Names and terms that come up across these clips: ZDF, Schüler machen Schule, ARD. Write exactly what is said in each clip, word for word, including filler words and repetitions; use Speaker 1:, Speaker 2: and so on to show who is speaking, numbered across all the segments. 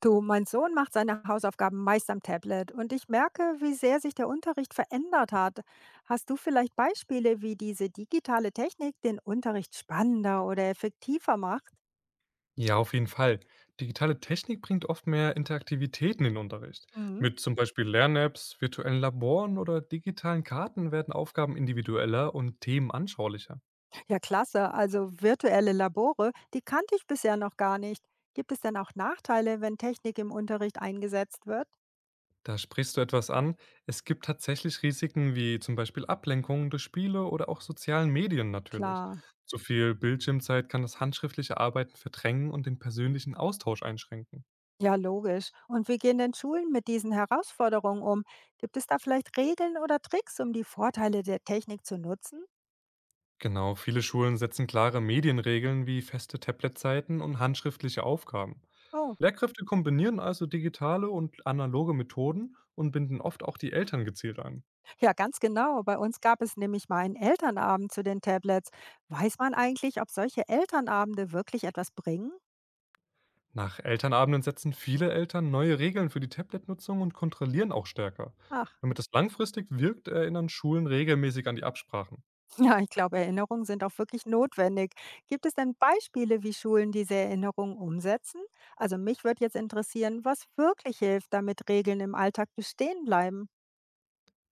Speaker 1: Du, mein Sohn macht seine Hausaufgaben meist am Tablet und ich merke, wie sehr sich der Unterricht verändert hat. Hast du vielleicht Beispiele, wie diese digitale Technik den Unterricht spannender oder effektiver macht?
Speaker 2: Ja, auf jeden Fall. Digitale Technik bringt oft mehr Interaktivitäten in den Unterricht.
Speaker 1: Mhm.
Speaker 2: Mit zum Beispiel Lern-Apps, virtuellen Laboren oder digitalen Karten werden Aufgaben individueller und Themen anschaulicher.
Speaker 1: Ja, klasse. Also virtuelle Labore, die kannte ich bisher noch gar nicht. Gibt es denn auch Nachteile, wenn Technik im Unterricht eingesetzt wird?
Speaker 2: Da sprichst du etwas an. Es gibt tatsächlich Risiken wie zum Beispiel Ablenkungen durch Spiele oder auch sozialen Medien natürlich.
Speaker 1: Klar.
Speaker 2: Zu viel Bildschirmzeit kann das handschriftliche Arbeiten verdrängen und den persönlichen Austausch einschränken.
Speaker 1: Ja, logisch. Und wie gehen denn Schulen mit diesen Herausforderungen um? Gibt es da vielleicht Regeln oder Tricks, um die Vorteile der Technik zu nutzen?
Speaker 2: Genau, viele Schulen setzen klare Medienregeln wie feste Tabletzeiten und handschriftliche Aufgaben.
Speaker 1: Oh.
Speaker 2: Lehrkräfte kombinieren also digitale und analoge Methoden und binden oft auch die Eltern gezielt ein.
Speaker 1: Ja, ganz genau. Bei uns gab es nämlich mal einen Elternabend zu den Tablets. Weiß man eigentlich, ob solche Elternabende wirklich etwas bringen?
Speaker 2: Nach Elternabenden setzen viele Eltern neue Regeln für die Tablet-Nutzung und kontrollieren auch stärker.
Speaker 1: Ach,
Speaker 2: Damit das langfristig wirkt, erinnern Schulen regelmäßig an die Absprachen.
Speaker 1: ja, ich glaube, Erinnerungen sind auch wirklich notwendig. Gibt es denn Beispiele, wie Schulen diese Erinnerungen umsetzen? Also mich würde jetzt interessieren, was wirklich hilft, damit Regeln im Alltag bestehen bleiben.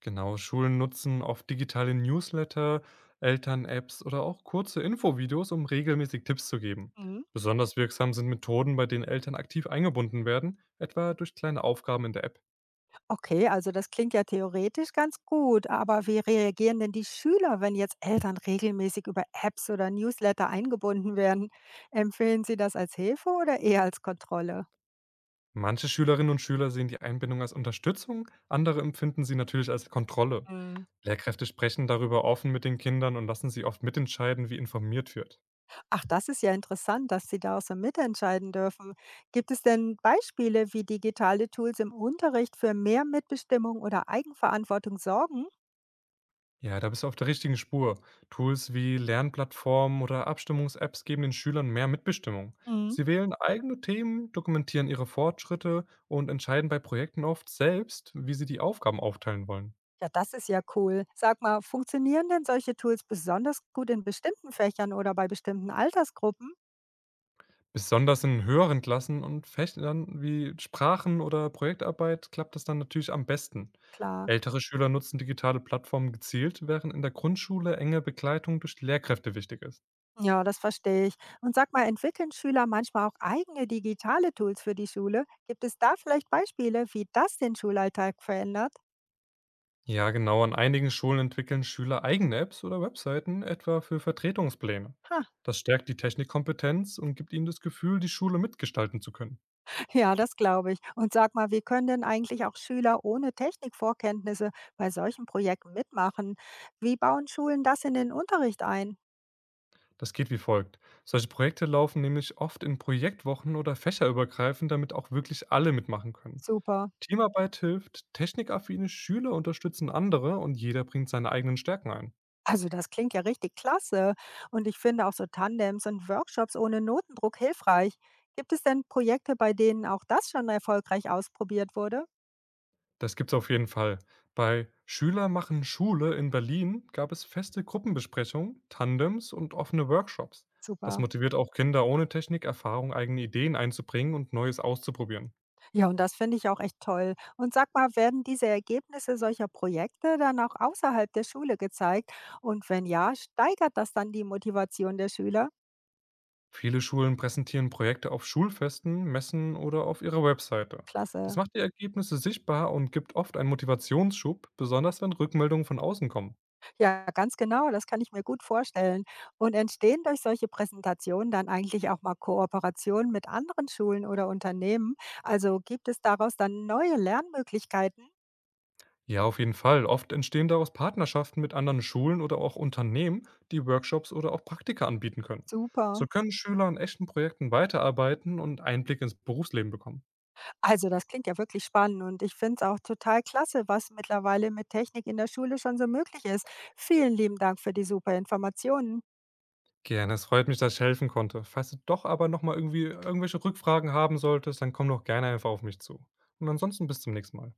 Speaker 2: Genau, Schulen nutzen oft digitale Newsletter, Eltern-Apps oder auch kurze Infovideos, um regelmäßig Tipps zu geben.
Speaker 1: Mhm.
Speaker 2: Besonders wirksam sind Methoden, bei denen Eltern aktiv eingebunden werden, etwa durch kleine Aufgaben in der App.
Speaker 1: Okay, also das klingt ja theoretisch ganz gut, aber wie reagieren denn die Schüler, wenn jetzt Eltern regelmäßig über Apps oder Newsletter eingebunden werden? Empfehlen Sie das als Hilfe oder eher als Kontrolle?
Speaker 2: Manche Schülerinnen und Schüler sehen die Einbindung als Unterstützung, andere empfinden sie natürlich als Kontrolle.
Speaker 1: Mhm.
Speaker 2: Lehrkräfte sprechen darüber offen mit den Kindern und lassen sie oft mitentscheiden, wie informiert wird.
Speaker 1: Ach, das ist ja interessant, dass Sie da auch so mitentscheiden dürfen. Gibt es denn Beispiele, wie digitale Tools im Unterricht für mehr Mitbestimmung oder Eigenverantwortung sorgen?
Speaker 2: Ja, da bist du auf der richtigen Spur. Tools wie Lernplattformen oder Abstimmungs-Apps geben den Schülern mehr Mitbestimmung.
Speaker 1: Mhm.
Speaker 2: Sie wählen eigene Themen, dokumentieren ihre Fortschritte und entscheiden bei Projekten oft selbst, wie sie die Aufgaben aufteilen wollen.
Speaker 1: Ja, das ist ja cool. Sag mal, funktionieren denn solche Tools besonders gut in bestimmten Fächern oder bei bestimmten Altersgruppen?
Speaker 2: Besonders in höheren Klassen und Fächern wie Sprachen oder Projektarbeit klappt das dann natürlich am besten.
Speaker 1: Klar.
Speaker 2: Ältere Schüler nutzen digitale Plattformen gezielt, während in der Grundschule enge Begleitung durch die Lehrkräfte wichtig ist.
Speaker 1: Ja, das verstehe ich. Und sag mal, entwickeln Schüler manchmal auch eigene digitale Tools für die Schule? Gibt es da vielleicht Beispiele, wie das den Schulalltag verändert?
Speaker 2: Ja, genau, an einigen Schulen entwickeln Schüler eigene Apps oder Webseiten, etwa für Vertretungspläne.
Speaker 1: Ha,
Speaker 2: Das stärkt die Technikkompetenz und gibt ihnen das Gefühl, die Schule mitgestalten zu können.
Speaker 1: ja, das glaube ich. Und sag mal, wie können denn eigentlich auch Schüler ohne Technikvorkenntnisse bei solchen Projekten mitmachen? Wie bauen Schulen das in den Unterricht ein?
Speaker 2: Das geht wie folgt. Solche Projekte laufen nämlich oft in Projektwochen oder fächerübergreifend, damit auch wirklich alle mitmachen können.
Speaker 1: Super.
Speaker 2: Teamarbeit hilft, technikaffine Schüler unterstützen andere und jeder bringt seine eigenen Stärken ein.
Speaker 1: Also das klingt ja richtig klasse. Und ich finde auch so Tandems und Workshops ohne Notendruck hilfreich. Gibt es denn Projekte, bei denen auch das schon erfolgreich ausprobiert wurde?
Speaker 2: Das gibt's auf jeden Fall. Bei Schüler machen Schule in Berlin gab es feste Gruppenbesprechungen, Tandems und offene Workshops. Das
Speaker 1: Super.
Speaker 2: motiviert auch Kinder ohne Technikerfahrung, eigene Ideen einzubringen und Neues auszuprobieren.
Speaker 1: Ja, und das finde ich auch echt toll. Und sag mal, werden diese Ergebnisse solcher Projekte dann auch außerhalb der Schule gezeigt? Und wenn ja, steigert das dann die Motivation der Schüler?
Speaker 2: Viele Schulen präsentieren Projekte auf Schulfesten, Messen oder auf ihrer Webseite. Das
Speaker 1: Klasse.
Speaker 2: macht die Ergebnisse sichtbar und gibt oft einen Motivationsschub, besonders wenn Rückmeldungen von außen kommen.
Speaker 1: Ja, ganz genau, das kann ich mir gut vorstellen. Und entstehen durch solche Präsentationen dann eigentlich auch mal Kooperationen mit anderen Schulen oder Unternehmen? Also gibt es daraus dann neue Lernmöglichkeiten?
Speaker 2: Ja, auf jeden Fall. Oft entstehen daraus Partnerschaften mit anderen Schulen oder auch Unternehmen, die Workshops oder auch Praktika anbieten können. So
Speaker 1: Super.
Speaker 2: können Schüler an echten Projekten weiterarbeiten und Einblick ins Berufsleben bekommen.
Speaker 1: Also das klingt ja wirklich spannend und ich finde es auch total klasse, was mittlerweile mit Technik in der Schule schon so möglich ist. Vielen lieben Dank für die super Informationen.
Speaker 2: Gerne, es freut mich, dass ich helfen konnte. Falls du doch aber nochmal irgendwie irgendwelche Rückfragen haben solltest, dann komm doch gerne einfach auf mich zu. Und ansonsten bis zum nächsten Mal.